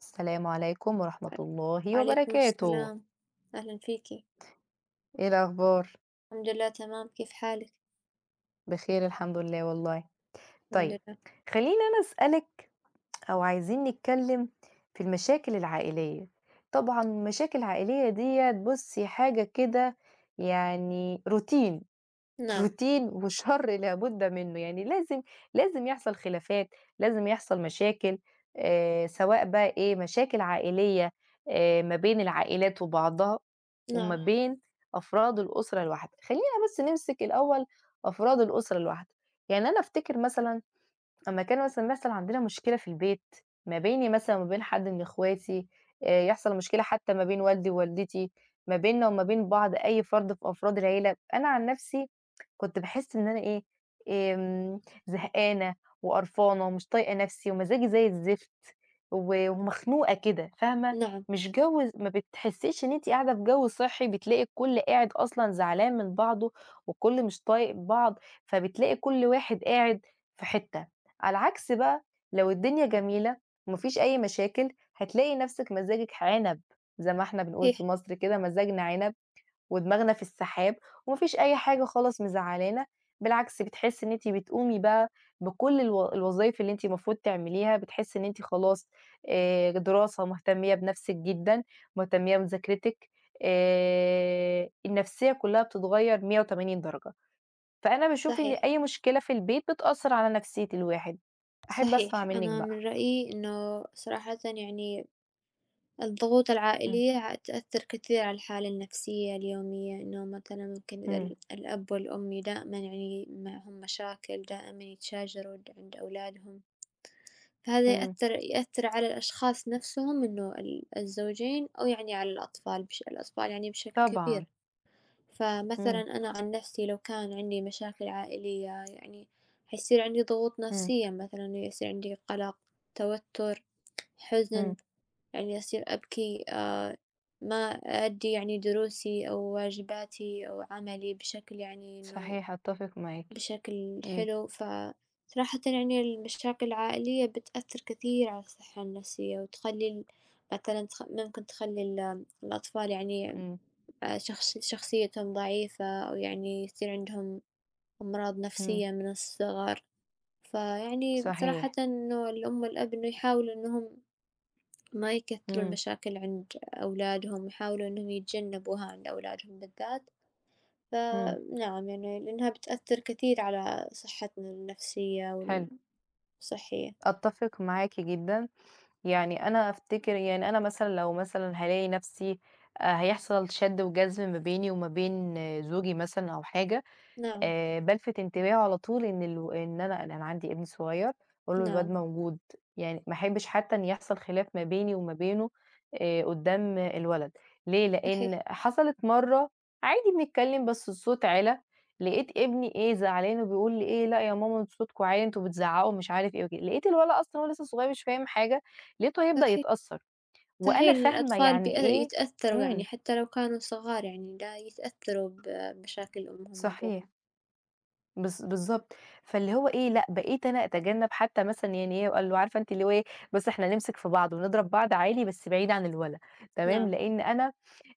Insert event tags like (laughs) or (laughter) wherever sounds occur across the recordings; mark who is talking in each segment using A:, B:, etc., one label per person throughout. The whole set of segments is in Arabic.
A: السلام عليكم ورحمة الله
B: وعليكم
A: وبركاته.
B: السلام، أهلًا فيكِ،
A: إيه الأخبار؟
B: الحمد لله تمام، كيف حالِك؟
A: بخير الحمد لله والله.
B: الحمد
A: طيب،
B: لله،
A: خلّيني أنا أسألِك أو عايزين نتكلّم في المشاكل العائلية. طبعًا المشاكل العائلية ديّة بُصّي حاجة كده يعني روتين
B: نعم،
A: روتين وشر لابد منّه، يعني لازم يحصل خلافات، لازم يحصل مشاكل سواء بقى إيه، مشاكل عائلية ما بين العائلات وبعضها، وما
B: نعم،
A: بين أفراد الأسرة الواحدة، خلّينا بس نمسك الأول أفراد الأسرة الواحدة، يعني أنا أفتكر مثلًا أمّا كان مثلًا بيحصل عندنا مشكلة في البيت ما بيني مثلًا وما بين حد من إخواتي، يحصل مشكلة حتى ما بين والدي ووالدتي، ما بيننا وما بين بعض أي فرد في أفراد العيلة، أنا عن نفسي كنت باحس إن أنا إيه، آمم زهقانة وقرفانة ومش طايقة نفسي ومزاجي زي الزفت و ومخنوقة كده فاهمة،
B: نعم،
A: مش جو ما بتحسيش إن أنتِ قاعدة في جو صحي، بتلاقي الكل قاعد أصلًا زعلان من بعضه والكل مش طايق بعض، فبتلاقي كل واحد قاعد في حتة. على عكس بقى لو الدنيا جميلة ومفيش أي مشاكل هتلاقي نفسك مزاجِك عنب، زي ما إحنا بنقول في
B: صحيح،
A: مصر كده مزاجنا عنب ودماغنا في السحاب ومفيش أي حاجة خالص مزعلانا، بالعكس بتحسي إن أنتِ بتقومي بقى بكل الوظايف اللي أنتِ المفروض تعمليها، بتحسي إن أنتِ خلاص دراسة مهتمية بنفسِك جدًا، مهتمية بمذاكرتِك، النفسية كلها بتتغير 180 درجة. فأنا باشوف إن
B: صحيح،
A: أي مشكلة في البيت بتأثّر على نفسية الواحد. أحب أسمع
B: صحيح،
A: منِّك
B: أنا
A: بقى.
B: من رأيي إنه صراحةً يعني الضغوط
A: إمم،
B: العائلية تأثر كثير على الحالة النفسية اليومية، إنه مثلًا ممكن إذا
A: إمم،
B: الأب والأم دائمًا يعني معهم مشاكل، دائمًا يتشاجروا عند أولادهم، فهذا
A: إمم،
B: يأثر على الأشخاص نفسهم إنه الزوجين أو يعني على الأطفال يعني بشكل
A: طبعًا.
B: كبير. فمثلًا
A: إمم،
B: أنا عن نفسي لو كان عندي مشاكل عائلية يعني حيصير عندي ضغوط
A: إمم،
B: نفسية، مثلًا يصير عندي قلق، توتر، حزن،
A: إمم،
B: يعني أصير أبكي، ما أأدي يعني دروسي أو واجباتي أو عملي بشكل يعني إنه
A: صحيح أتّفق معاكِ.
B: بشكل
A: إمم،
B: حلو، فصراحةً يعني المشاكل العائلية بتأثر كثير على الصحة النفسية، وتخلي مثلًا ممكن تخلي الأطفال يعني
A: إمم،
B: شخصيتهم ضعيفة، أو يعني يصير عندهم أمراض
A: إمم،
B: نفسية من الصغر، فيعني صراحةً
A: صحيح.
B: إنه الأم والأب إنه يحاولوا إنهم ما يكثروا
A: إمم،
B: المشاكل عند أولادهم، يحاولوا إنهم يتجنبوها عند أولادهم بالذات.
A: إمم،
B: فنعم يعني لأنها بتأثر كثير على صحتنا النفسية
A: حلو.
B: والصحية،
A: أتّفق معاكِ جدًا. يعني أنا أفتكر يعني أنا مثلًا لو مثلًا هالاقي نفسي هيحصل شَد وجذب ما بيني وما بين زوجي مثلًا أو حاجة
B: نعم،
A: بالفت انتباهه على طول إن أنا عندي ابن صغير، باقول له الواد
B: نعم،
A: موجود، يعني ما احبش حتى إن يحصل خلاف ما بيني وما بينه قدّام الولد، ليه؟
B: صحيح،
A: لإن حصلت مرّة عادي بنتكلم بس الصوت عِلى، لقيت ابني إيه زعلان وبيقول لي إيه: "لأ يا ماما أنتم صوتكم عِلى، أنتم بتزعقوا،" ومش عارف إيه وكده، لقيت الولد أصلًا هو لسه صغير مش فاهم حاجة، لقيته هيبدأ
B: صحيح،
A: يتأثّر، وأنا
B: صحيح
A: فاهمة
B: الأطفال
A: يعني إيه
B: يتأثروا يعني
A: إمم،
B: حتى لو كانوا صغار يعني لا يتأثروا بمشاكل أمهم وأبوهم،
A: صحيح. بالضبط، فاللي هو إيه، لأ بقيت أنا أتجنب حتى مثلًا يعني هي اللي هو عارفة أنتِ اللي هو إيه، بس إحنا نمسك في بعض ونضرب بعض عالي بس بعيد عن الولد، تمام،
B: نعم،
A: لإن أنا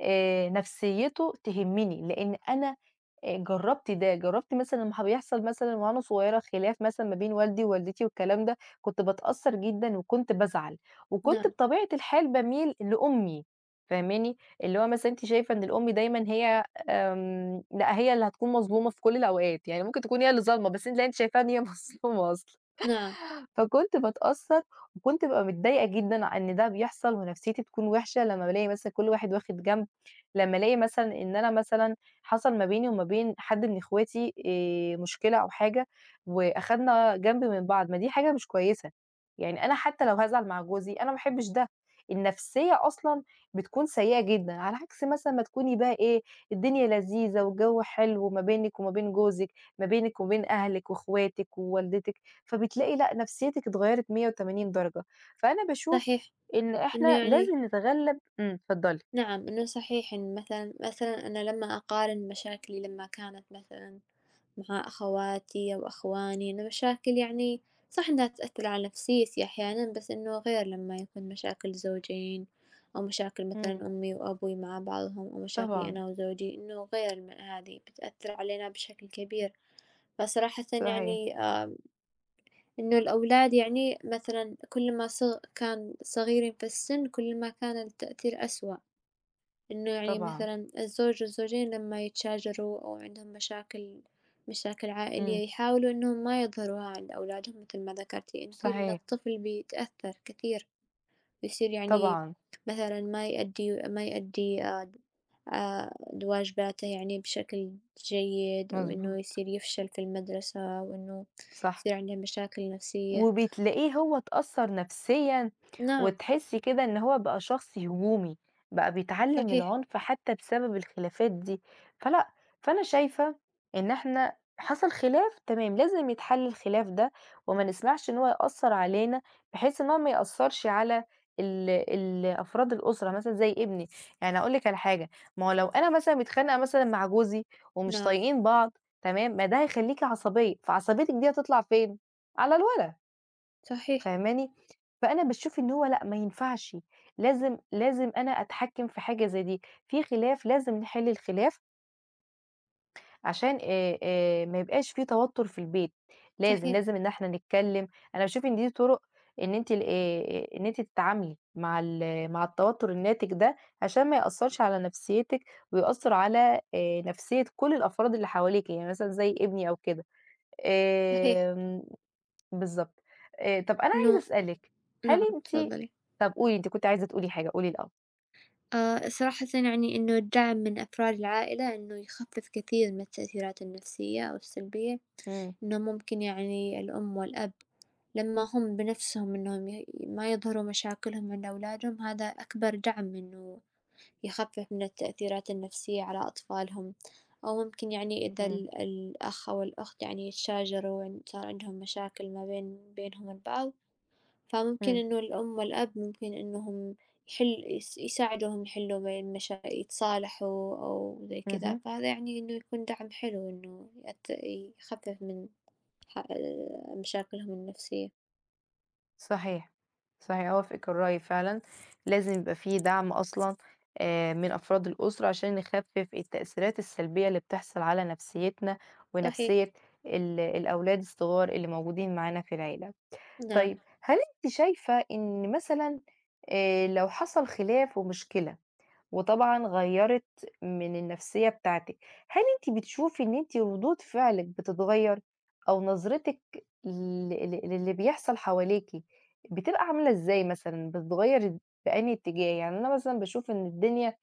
A: نفسيته تهمني، لإن أنا جرّبت ده، جرّبت مثلًا لمّا بيحصل مثلًا وأنا صغيرة خلاف مثلًا ما بين والدي ووالدتي والكلام ده، كنت باتأثّر جدًا وكنت بازعل، وكنت
B: نعم،
A: بطبيعة الحال باميل لأمي، فاهماني؟ اللي هو مثلًا أنتِ شايفة إن الأم دايمًا هي لأ هي اللي هتكون مظلومة في كل الأوقات، يعني ممكن تكون هي اللي ظالمة، بس أنتِ تلاقي أنتِ شايفاها إن هي (laughs) مظلومة أصلًا.
B: نعم،
A: فكنت باتأثّر وكنت بابقى متضايقة جدًا على إن ده بيحصل ونفسيتي تكون وِحشة لمّا بالاقي مثلًا كل واحد واخد جنب، لمّا الاقي مثلًا إن أنا مثلًا حصل ما بيني وما بين حد من إخواتي مشكلة أو حاجة وأخدنا جنب من بعض، ما دي حاجة مش كويسة. يعني أنا حتى لو هازعل مع جوزي أنا ما باحبش ده، النفسية أصلًا بتكون سيئة جدًا، على عكس مثلًا ما تكوني بقى إيه، الدنيا لذيذة والجو حلو ما بينِك وما بين جوزِك، ما بينِك وما بين أهلِك وأخواتِك ووالدتِك. فبتلاقي لأ، نفسيتِك اتغيّرت 180 درجة، فأنا باشوف
B: صحيح،
A: إن
B: إنه
A: إحنا
B: يعني
A: لازم نتغلّب اتفضّلي.
B: نعم، إنه صحيح إن مثلًا أنا لما أقارن مشاكلي لما كانت مثلًا مع أخواتي أو أخواني، إنه مشاكل يعني صح إنها تأثر على نفسيتي أحيانا، بس إنه غير لما يكون مشاكل زوجين، أو مشاكل مثلا
A: إمم،
B: أمي وأبوي مع بعضهم، أو مشاكلي
A: طبعًا،
B: أنا وزوجي، إنه غير من هذي بتأثر علينا بشكل كبير، فصراحة
A: صحيح،
B: يعني إنه الأولاد يعني مثلا كل ما كان صغيرين في السن كل ما كان التأثير أسوأ. إنه يعني
A: طبعًا،
B: مثلًا الزوج والزوجين لمّا يتشاجروا أو عندهم مشاكل مشاكل
A: إمم،
B: عائلية يحاولوا إنهم ما يظهروها عند أولادهم مثل ما ذكرتِ أنتِ، لإن
A: صحيح،
B: الطفل بيتأثّر كثير، بيصير يعني
A: طبعًا،
B: مثلًا ما يأدّي آآ واجباته يعني بشكل جيد، أو إنه
A: مضبوط،
B: يصير يفشل في المدرسة، وإنه
A: صح.
B: يصير عنده مشاكل نفسية.
A: وبتلاقيه هو اتأثّر نفسيًا،
B: نعم،
A: وتحسّي كده إن هو بقى شخص هجومي، بقى بيتعلّم
B: صحيح،
A: العنف حتى بسبب الخلافات دي، فلأ، فأنا شايفة إن إحنا حصل خلاف تمام، لازم يتحل الخلاف ده، وما نسمحش إن هو يأثّر علينا، بحيث إن هو ما يأثّرش على ال أفراد الأسرة مثلًا زي ابني، يعني هاقول لِك على حاجة، ما هو لو أنا مثلًا متخانقة مثلًا مع جوزي ومش
B: نعم،
A: طايقين بعض تمام، ما ده هيخلّيكِ عصبية، فعصبيتِك دي هتطلع فين؟ على الولد.
B: صحيح،
A: فاهماني؟ فأنا باشوف إن هو لأ، ما ينفعش، لازم أنا أتحكّم في حاجة زي دي، في خلاف لازم نحِل الخلاف عشان ما يبقاش في توتُّر في البيت، لازم،
B: صحيح،
A: لازم إن إحنا نتكلّم، أنا باشوف إن دي طُرق إن أنتِ ال إن أنتِ تتعاملي مع مع التوتُّر الناتج ده عشان ما يأثّرش على نفسيّتِك ويأثّر على نفسيّة كل الأفراد اللي حواليكِ، يعني مثلًا زي ابني أو كده.
B: صحيح،
A: آمم بالضبط. طَب أنا عايزة
B: إنه
A: أسألِك، هل
B: نعم،
A: أنتِ
B: تفضّلي.
A: طَب قولي أنتِ كنتِ عايزة تقولي حاجة، قولي الأول.
B: صراحةً يعني إنه الدعم من أفراد العائلة إنه يخفف كثير من التأثيرات النفسية أو السلبية،
A: إمم،
B: إنه ممكن يعني الأم والأب لما هم بنفسهم إنهم ما يظهروا مشاكلهم عند أولادهم هذا أكبر دعم إنه يخفف من التأثيرات النفسية على أطفالهم، أو ممكن يعني إذا
A: إمم،
B: الأخ أو الأخت يعني يتشاجروا عن صار عندهم مشاكل ما بين بينهم البعض فممكن
A: إمم.
B: إنه الأم والأب ممكن إنهم يحل يس يساعدوهم يحلوا م المشا يتصالحوا أو زي كذا،
A: اهم.
B: فهذا يعني إنه يكون دعم حلو إنه يخفف من ح مشاكلهم النفسية.
A: صحيح، صحيح أوافقِك الرأي فعلًا، لازم يبقى في دعم أصلًا من أفراد الأسرة عشان نخفِّف التأثيرات السلبية اللي بتحصل على نفسيتنا
B: صحيح،
A: ونفسية ال الأولاد الصغار اللي موجودين معانا في العيلة.
B: نعم،
A: طيب هل أنتِ شايفة إن مثلًا لو حصل خلاف ومشكلة وطبعًا غيّرِت من النفسية بتاعتِك، هل أنتِ بتشوفي إن أنتِ ردود فعلِك بتتغيّر أو نظرتِك ل ل للي بيحصل حواليكِ بتبقى عاملة إزاي مثلًا، بتتغيّر بأنهي اتجاه؟ يعني أنا مثلًا باشوف إن الدنيا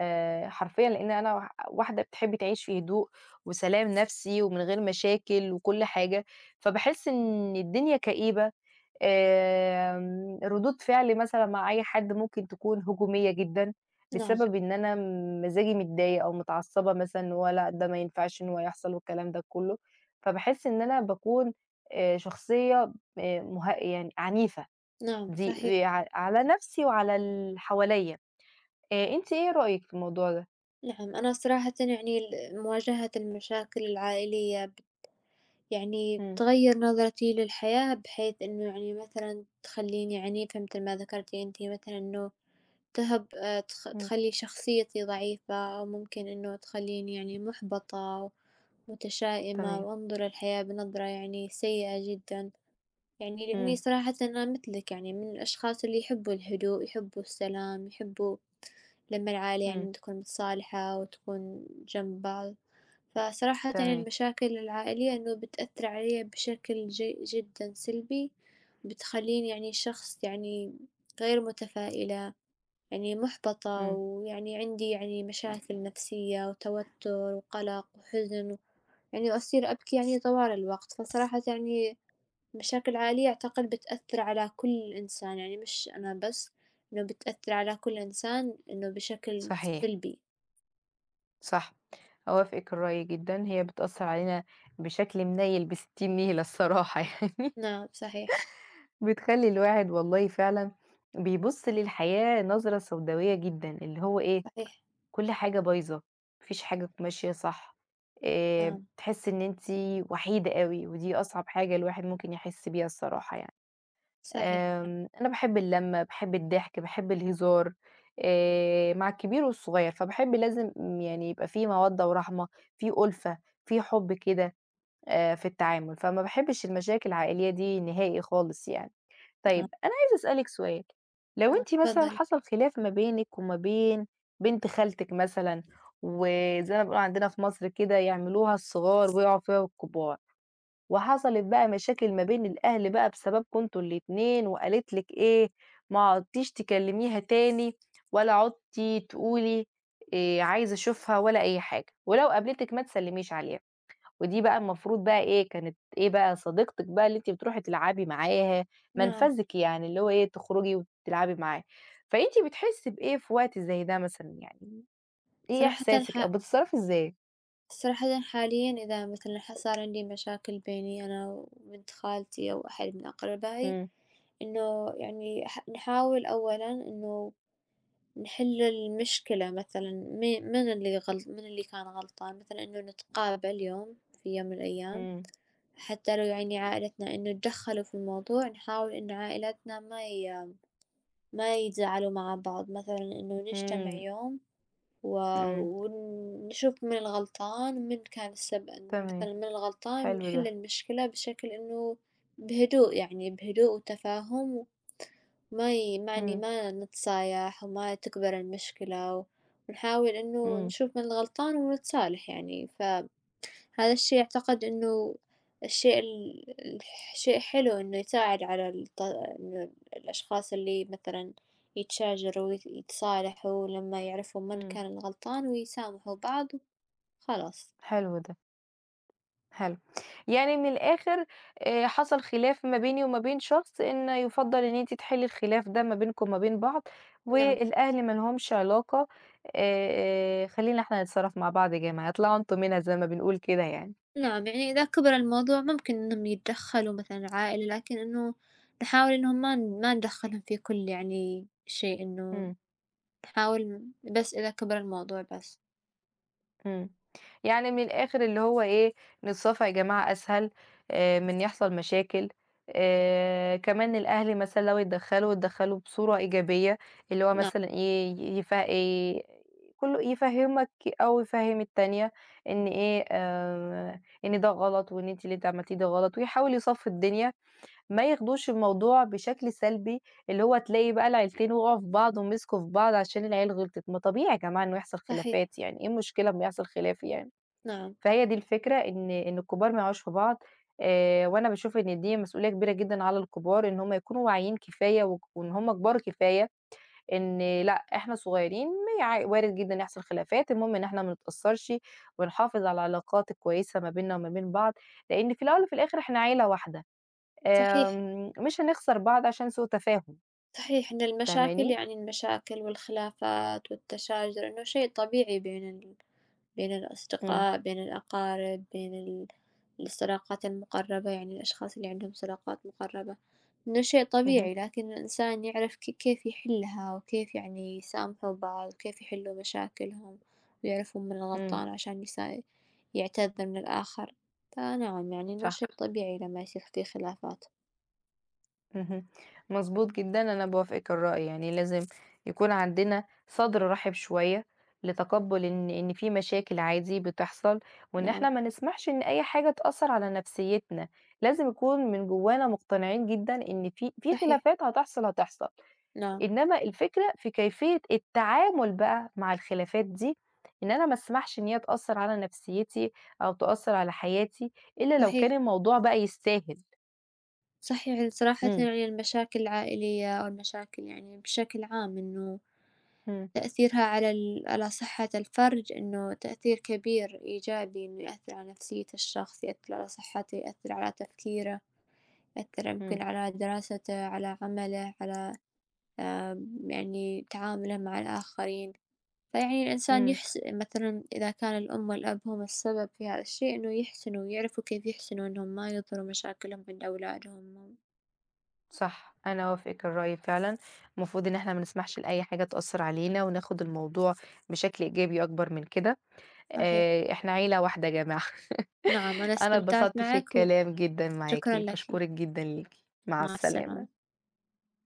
A: حرفيًا لإن أنا واحدة بتحب تعيش في هدوء وسلام نفسي ومن غير مشاكل وكل حاجة، فباحس إن الدنيا كئيبة ردود فعلي مثلًا مع أي حد ممكن تكون هجومية جدًا،
B: نعم،
A: بسبب إن أنا مزاجي متضايق أو متعصبة مثلًا إن هو لأ، ده ما ينفعش إن هو يحصل والكلام ده كله، فباحس إن أنا باكون شخصية مه يعني عنيفة
B: نعم، صحيح،
A: دي ع على نفسي وعلى اللي حواليّا، أنتِ إيه رأيِك في الموضوع ده؟
B: نعم. أنا صراحةً يعني مواجهة المشاكل العائلية يعني
A: إمم،
B: تغيّر نظرتي للحياة، بحيث إنه يعني مثلًا تخلّيني عنيفة متل ما ذكرتِ أنتِ مثلًا إنه
A: إمم،
B: تخلّي شخصيتي ضعيفة أو ممكن إنه تخلّيني يعني مُحبطة ومتشائمة
A: تمام،
B: وأنظر للحياة بنظرة يعني سيئة جدًا، يعني لإني
A: إمم،
B: صراحةً أنا مثلِك يعني من الأشخاص اللي يحبّوا الهدوء، يحبّوا السلام، يحبّوا لمّا العائلة
A: إمم،
B: يعني تكون متصالحة وتكون جنب بعض، فصراحةً يعني
A: تمام،
B: المشاكل العائلية إنه بتأثّر عليَّ بشكل جدًا سلبي، بتخلّيني يعني شخص يعني غير متفائلة، يعني محبطة،
A: إمم،
B: ويعني عندي يعني مشاكل نفسية وتوتر وقلق وحزن، يعني وأصير أبكي يعني طوال الوقت، فصراحة يعني مشاكل عائلية أعتقد بتأثر على كل إنسان، يعني مش أنا بس، إنه بتأثر على كل إنسان إنه بشكل
A: صحيح.
B: سلبي،
A: صح، أوافقِك الرأي جدًا، هي بتأثّر علينا بشكل منيّل بستين نيلة الصراحة (laughs) يعني،
B: نعم صحيح،
A: بتخلّي الواحد والله فعلًا بيبُص للحياة نظرة سوداوية جدًا، اللي هو إيه،
B: صحيح،
A: كل حاجة بايظة، ما فيش حاجة ماشية صح،
B: نعم،
A: بتحسّي إن أنتِ وحيدة أوي، ودي أصعب حاجة الواحد ممكن يحس بيها الصراحة يعني.
B: صحيح،
A: أنا باحب اللمّة، باحب الضحك، باحب الهزار مع الكبير والصغير، فباحب لازم يعني يبقى في مَوَدّة ورحمة، في أُلفة، في حُب كده في التعامل، فما باحبش المشاكل العائلية دي نهائي خالص يعني.
B: نعم،
A: طيب أنا عايزة أسألِك سؤال، لو
B: نعم،
A: أنتِ مثلًا
B: تفضلي،
A: حصل خلاف ما بينِك وما بين بنت خالتِك مثلًا، وزي ما بنقول عندنا في مصر كده يعملوها الصغار ويقعوا فيها الكبار. وحصلت بقى مشاكل ما بين الأهل بقى بسببكم أنتم الاتنين، وقالت لِك إيه، ما عُدتيش تكلميها تاني ولا عُدتِ تقولي عايزة أشوفها ولا أي حاجة، ولو قابلتِك ما تسلميش عليها، ودي بقى المفروض بقى إيه، كانت إيه بقى صديقتِك بقى اللي أنتِ بتروحي تلعبي معاها،
B: نعم،
A: منفذِك يعني اللي هو إيه، تخرجي وتلعبي معاه، فأنتِ بتحسي بإيه في وقت زي ده مثلًا يعني، إيه
B: صراحةً
A: إحساسِك أو
B: ح
A: بتتصرفي إزاي؟
B: صراحةً حاليًا إذا مثلًا صار عندي مشاكل بيني أنا وبنت خالتي أو أحد من أقربائي،
A: إمم،
B: إنه يعني نحاول أولًا إنه نحل المشكلة مثلًا من اللي غلط من اللي كان غلطان، مثلًا إنه نتقابل يوم في يوم من الأيام،
A: إمم،
B: حتى لو يعني عائلتنا إنه اتدخلوا في الموضوع، نحاول إنه عائلتنا ما يتزاعلوا مع بعض، مثلًا إنه نجتمع
A: إمم،
B: يوم. و
A: إمم،
B: ونشوف من الغلطان ومن كان السبب
A: تمام،
B: مثلًا من الغلطان
A: حلو ده.
B: ونحل المشكلة بشكل إنه بهدوء يعني بهدوء وتفاهم وما يعني
A: إمم،
B: ما نتصايح وما تكبر المشكلة، ونحاول إنه
A: إمم،
B: نشوف من الغلطان ونتصالح يعني ف هذا الشي أعتقد إنه الشيء ال الشيء حلو إنه يساعد على الط إنه الأشخاص اللي مثلًا يتشاجروا يتصالحوا لما يعرفوا من
A: إمم،
B: كان الغلطان ويسامحوا بعض وخلاص،
A: حلو ده، حلو. يعني من الآخر حصل خلاف ما بيني وما بين شخص إن يُفضّل إن أنتِ تحلّي الخلاف ده ما بينكم وما بين بعض،
B: نعم،
A: والأهل ما لهمش علاقة خلّينا إحنا نتصرّف مع بعض يا جماعة، اطلعوا أنتم منها زي ما بنقول كده يعني.
B: نعم، يعني إذا كبر الموضوع ممكن إنهم يتدخلوا مثلًا العائلة، لكن إنه نحاول إنهم ما ندخلهم في كل يعني شيء، إنه
A: إمم.
B: نحاول بس إذا كبر الموضوع بس،
A: إمم. يعني من الآخر اللي هو إيه، نتصافى يا جماعة أسهل من يحصل مشاكل، كمان الأهل مثلًا لو اتدخّلوا، اتدخّلوا بصورة إيجابية، اللي هو
B: نعم،
A: مثلًا إيه، ي يف كُلّه يفهّمك أو يفهّم التانية إن إيه، إن ده غلط وإن أنتِ اللي أنتِ عملتيه ده غلط ويحاول يصفّي الدنيا ما ياخدوش الموضوع بشكل سلبي، اللي هو تلاقي بقى العيلتين وقعوا في بعض ومسكوا في بعض عشان العيال غلطت، ما طبيعي يا جماعة إنه يحصل
B: صحيح،
A: خلافات يعني، إيه المشكلة أمّا يحصل خلاف يعني؟
B: نعم،
A: فهي دي الفكرة إن الكبار ما يقعوش في بعض، وأنا باشوف إن دي مسؤولية كبيرة جدًا على الكبار إن هم يكونوا واعيين كفاية وإن هم كبار كفاية إن لأ، إحنا صغيرين ما يع وارد جدًا يحصل خلافات، المهم إن إحنا ما نتأثّرش ونحافظ على العلاقات الكويسة ما بيننا وما بين بعض، لإن في الأول وفي الآخر إحنا عيلة واحدة.
B: صحيح.
A: مش هنخسر بعض عشان سوء تفاهم،
B: صحيح إن المشاكل
A: فاهماني؟
B: يعني المشاكل والخلافات والتشاجر إنه شيء طبيعي بين
A: إمم،
B: الأصدقاء، بين الأقارب، بين الصداقات المقربة، يعني الأشخاص اللي عندهم صداقات مقربة، إنه شيء
A: اهم،
B: طبيعي، لكن الإنسان يعرف كيف يحلها وكيف يعني يسامحوا بعض وكيف يحلوا مشاكلهم ويعرفوا من
A: إمم،
B: الغلطان عشان يعتذر من الآخر، فنعم يعني إنه
A: صح،
B: شيء طبيعي لما يصير في خلافات،
A: اهم، مضبوط جدًا، أنا باوافقِك الرأي، يعني لازم يكون عندنا صدر رحب شوية لتقبُّل إن إن في مشاكل عادي بتحصل، وإن
B: نعم
A: إحنا ما نسمحش إن أي حاجة تأثّر على نفسيتنا، لازم نكون من جوانا مقتنعين جدًا إن في
B: صحيح،
A: خلافات هتحصل، هتحصل.
B: نعم
A: إنما الفكرة في كيفية التعامل بقى مع الخلافات دي، إن أنا ما أسمحش إن هي تأثّر على نفسيتي أو تأثّر على حياتي إلا لو كان
B: صحيح.
A: الموضوع بقى يستاهل.
B: صحيح صراحةً
A: إمم،
B: يعني المشاكل العائلية أو المشاكل يعني بشكل عام إنه
A: إمم،
B: تأثيرها على على صحة الفرد إنه تأثير كبير إيجابي، إنه يأثر على نفسية الشخص، يأثر على صحته، يأثر على تفكيره، يأثر
A: إمم،
B: يمكن على دراسته، على عمله، على يعني تعامله مع الآخرين، فيعني الإنسان
A: إمم،
B: يحس مثلًا إذا كان الأم والأب هم السبب في هذا الشيء إنه يحسنوا، يعرفوا كيف يحسنوا إنهم ما يظهروا مشاكلهم عند أولادهم،
A: صح، أنا أوافقِك الرأي فعلًا، المفروض إن إحنا ما نسمحش لأي حاجة تأثّر علينا وناخد الموضوع بشكل إيجابي أكبر من كده،
B: صحيح.
A: إحنا عيلة واحدة يا جماعة.
B: نعم، أنا
A: (laughs) أنا
B: استمتعت
A: اتبسطت في
B: معك
A: الكلام جدًا معاكِ،
B: وشكرًا لك،
A: باشكرِك جدًا ليكِ، مع
B: مع السلامة.
A: السلامة.